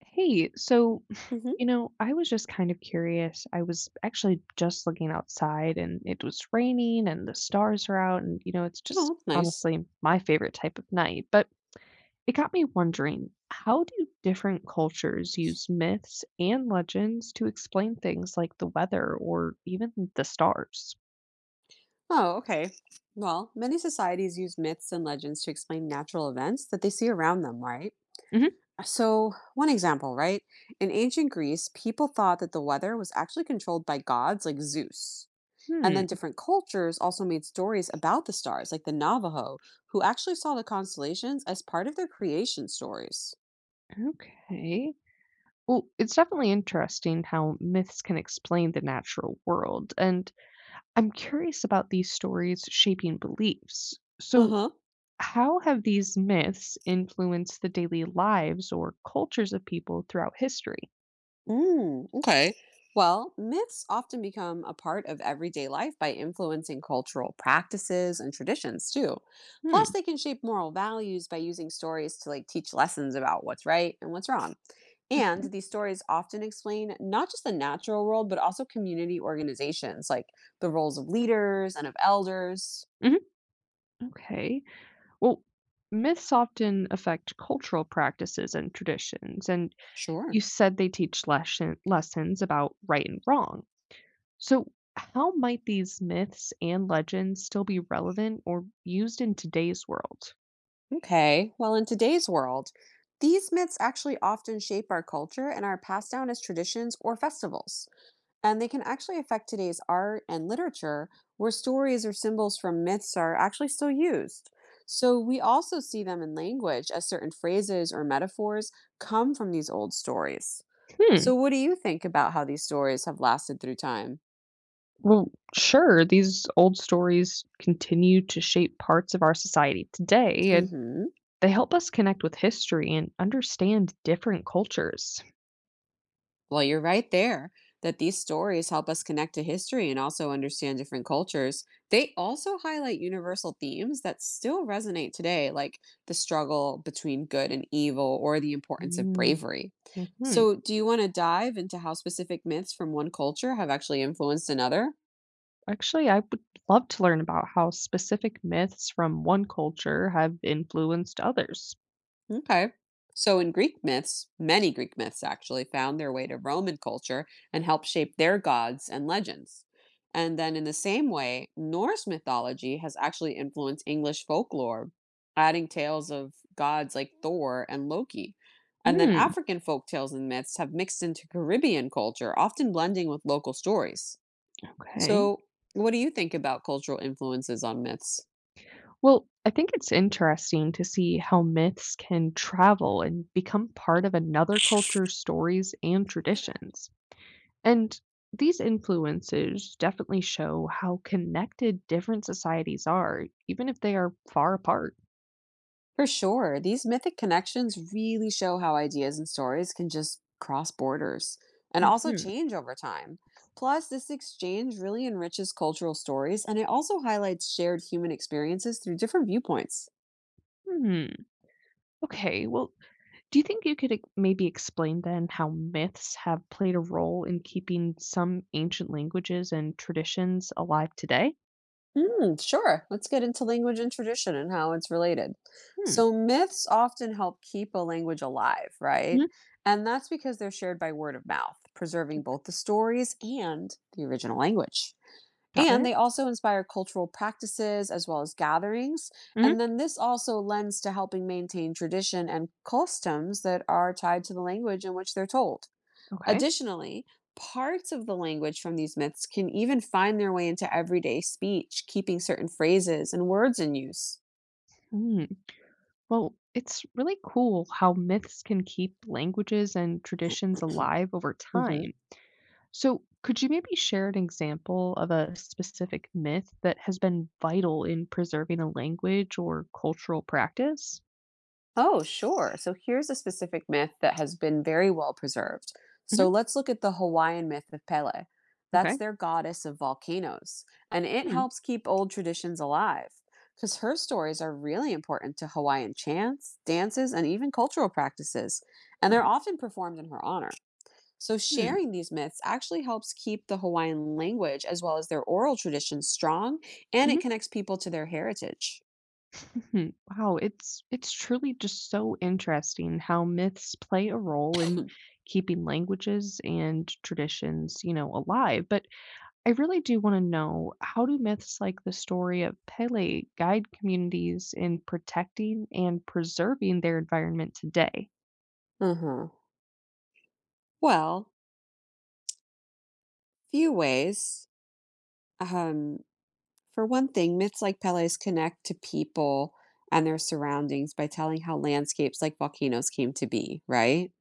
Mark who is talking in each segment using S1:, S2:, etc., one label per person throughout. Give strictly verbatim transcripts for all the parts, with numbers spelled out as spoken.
S1: Hey, so, you
S2: Hmm.
S1: know, I was just kind of curious. I was actually just looking outside and it was raining and the stars are out. And, you know, it's just
S2: Oh, that's nice.
S1: honestly my favorite type of night. But it got me wondering, how do different cultures use myths and legends to explain things like the weather or even the stars?
S2: Oh, okay. Well, many societies use myths and legends to explain natural events that they see around them, right?
S1: Mhm.
S2: So, one example, right? In ancient Greece, people thought that the weather was actually controlled by gods like Zeus. And then
S1: Hmm.
S2: different cultures also made stories about the stars, like the Navajo, who actually saw the constellations as part of their creation stories.
S1: Okay. Well, it's definitely interesting how myths can explain the natural world. And I'm curious about these stories shaping beliefs.
S2: Uh
S1: So,
S2: huh.
S1: how have these myths influenced the daily lives or cultures of people throughout history?
S2: Mm, okay. Well, myths often become a part of everyday life by influencing cultural practices and traditions too. Plus,
S1: Hmm.
S2: they can shape moral values by using stories to like teach lessons about what's right and what's wrong. And these stories often explain not just the natural world, but also community organizations, like the roles of leaders and of elders.
S1: Mhm. Okay. Well, myths often affect cultural practices and traditions, and
S2: Sure.
S1: you said they teach lesson, lessons about right and wrong. So, how might these myths and legends still be relevant or used in today's world?
S2: Okay. Well, in today's world, these myths actually often shape our culture and are passed down as traditions or festivals. And they can actually affect today's art and literature, where stories or symbols from myths are actually still used. So we also see them in language, as certain phrases or metaphors come from these old stories. So,
S1: Hmm.
S2: what do you think about how these stories have lasted through time?
S1: Well, sure, these old stories continue to shape parts of our society today, and
S2: Hmm.
S1: they help us connect with history and understand different cultures.
S2: Well, you're right there that these stories help us connect to history and also understand different cultures. They also highlight universal themes that still resonate today, like the struggle between good and evil or the importance of
S1: Mm-hmm.
S2: bravery. So, do you want to dive into how specific myths from one culture have actually influenced another?
S1: Actually, I would love to learn about how specific myths from one culture have influenced others.
S2: Okay. So in Greek myths, many Greek myths actually found their way to Roman culture and helped shape their gods and legends. And then in the same way, Norse mythology has actually influenced English folklore, adding tales of gods like Thor and Loki. And then
S1: Hmm.
S2: African folk tales and myths have mixed into Caribbean culture, often blending with local stories.
S1: Okay.
S2: So, what do you think about cultural influences on myths?
S1: Well, I think it's interesting to see how myths can travel and become part of another culture's stories and traditions. And these influences definitely show how connected different societies are, even if they are far apart.
S2: For sure. These mythic connections really show how ideas and stories can just cross borders and also
S1: Hmm.
S2: change over time. Plus, this exchange really enriches cultural stories and it also highlights shared human experiences through different viewpoints.
S1: Hmm. Okay, well, do you think you could e maybe explain then how myths have played a role in keeping some ancient languages and traditions alive today?
S2: Hmm, sure. Let's get into language and tradition and how it's related.
S1: Hmm.
S2: So, myths often help keep a language alive, right?
S1: Mhm.
S2: And that's because they're shared by word of mouth, preserving both the stories and the original language.
S1: Got
S2: And
S1: it.
S2: they also inspire cultural practices as well as gatherings. And
S1: Mhm.
S2: then this also lends to helping maintain tradition and customs that are tied to the language in which they're told.
S1: Okay.
S2: Additionally, parts of the language from these myths can even find their way into everyday speech, keeping certain phrases and words in use.
S1: Hmm. Well, it's really cool how myths can keep languages and traditions alive over
S2: Mhm.
S1: time. So, could you maybe share an example of a specific myth that has been vital in preserving a language or cultural practice?
S2: Oh, sure. So here's a specific myth that has been very well preserved.
S1: Mhm.
S2: So let's look at the Hawaiian myth of Pele. That's
S1: Okay.
S2: their goddess of volcanoes, and it
S1: Hmm.
S2: helps keep old traditions alive because her stories are really important to Hawaiian chants, dances, and even cultural practices, and they're
S1: Okay.
S2: often performed in her honor. So sharing these myths actually helps keep the Hawaiian language as well as their oral traditions strong, and
S1: Hmm.
S2: it connects people to their heritage.
S1: Mhm. Wow, it's it's truly just so interesting how myths play a role in keeping languages and traditions, you know, alive. But I really do want to know, how do myths like the story of Pele guide communities in protecting and preserving their environment today?
S2: Mhm. Well, few ways. Um, for one thing, myths like Pele's connect to people and their surroundings by telling how landscapes like volcanoes came to be, right?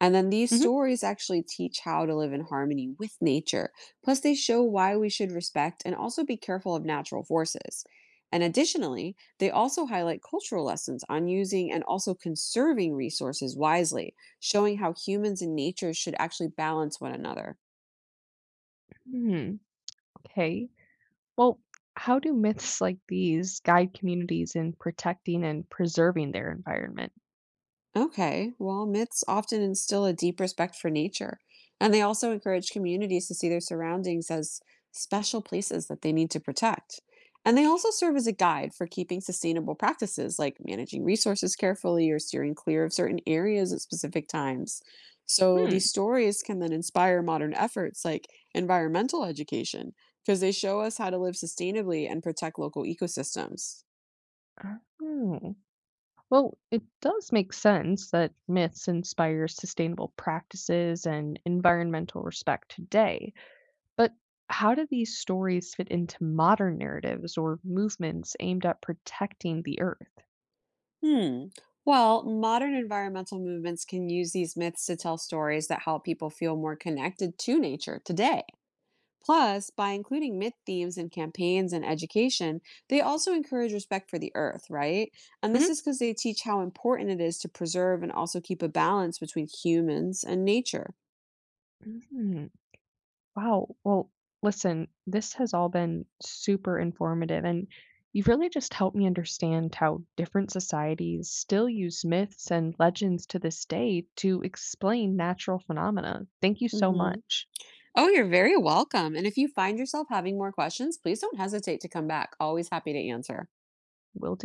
S2: And then these
S1: Hmm.
S2: stories actually teach how to live in harmony with nature. Plus, they show why we should respect and also be careful of natural forces. And additionally, they also highlight cultural lessons on using and also conserving resources wisely, showing how humans and nature should actually balance one another.
S1: Hmm. Okay. Well, how do myths like these guide communities in protecting and preserving their environment?
S2: Okay, well, myths often instill a deep respect for nature, and they also encourage communities to see their surroundings as special places that they need to protect. And they also serve as a guide for keeping sustainable practices like managing resources carefully or steering clear of certain areas at specific times. So
S1: Hmm.
S2: these stories can then inspire modern efforts like environmental education because they show us how to live sustainably and protect local ecosystems.
S1: Oh. Well, it does make sense that myths inspire sustainable practices and environmental respect today. But how do these stories fit into modern narratives or movements aimed at protecting the earth?
S2: Hmm. Well, modern environmental movements can use these myths to tell stories that help people feel more connected to nature today. Plus, by including myth themes in campaigns and education, they also encourage respect for the earth, right? And
S1: Mhm.
S2: this is because they teach how important it is to preserve and also keep a balance between humans and nature.
S1: Mhm. Wow. Well, listen, this has all been super informative, and you've really just helped me understand how different societies still use myths and legends to this day to explain natural phenomena. Thank you so
S2: Hmm.
S1: much.
S2: Oh, you're very welcome. And if you find yourself having more questions, please don't hesitate to come back. Always happy to answer.
S1: Will do.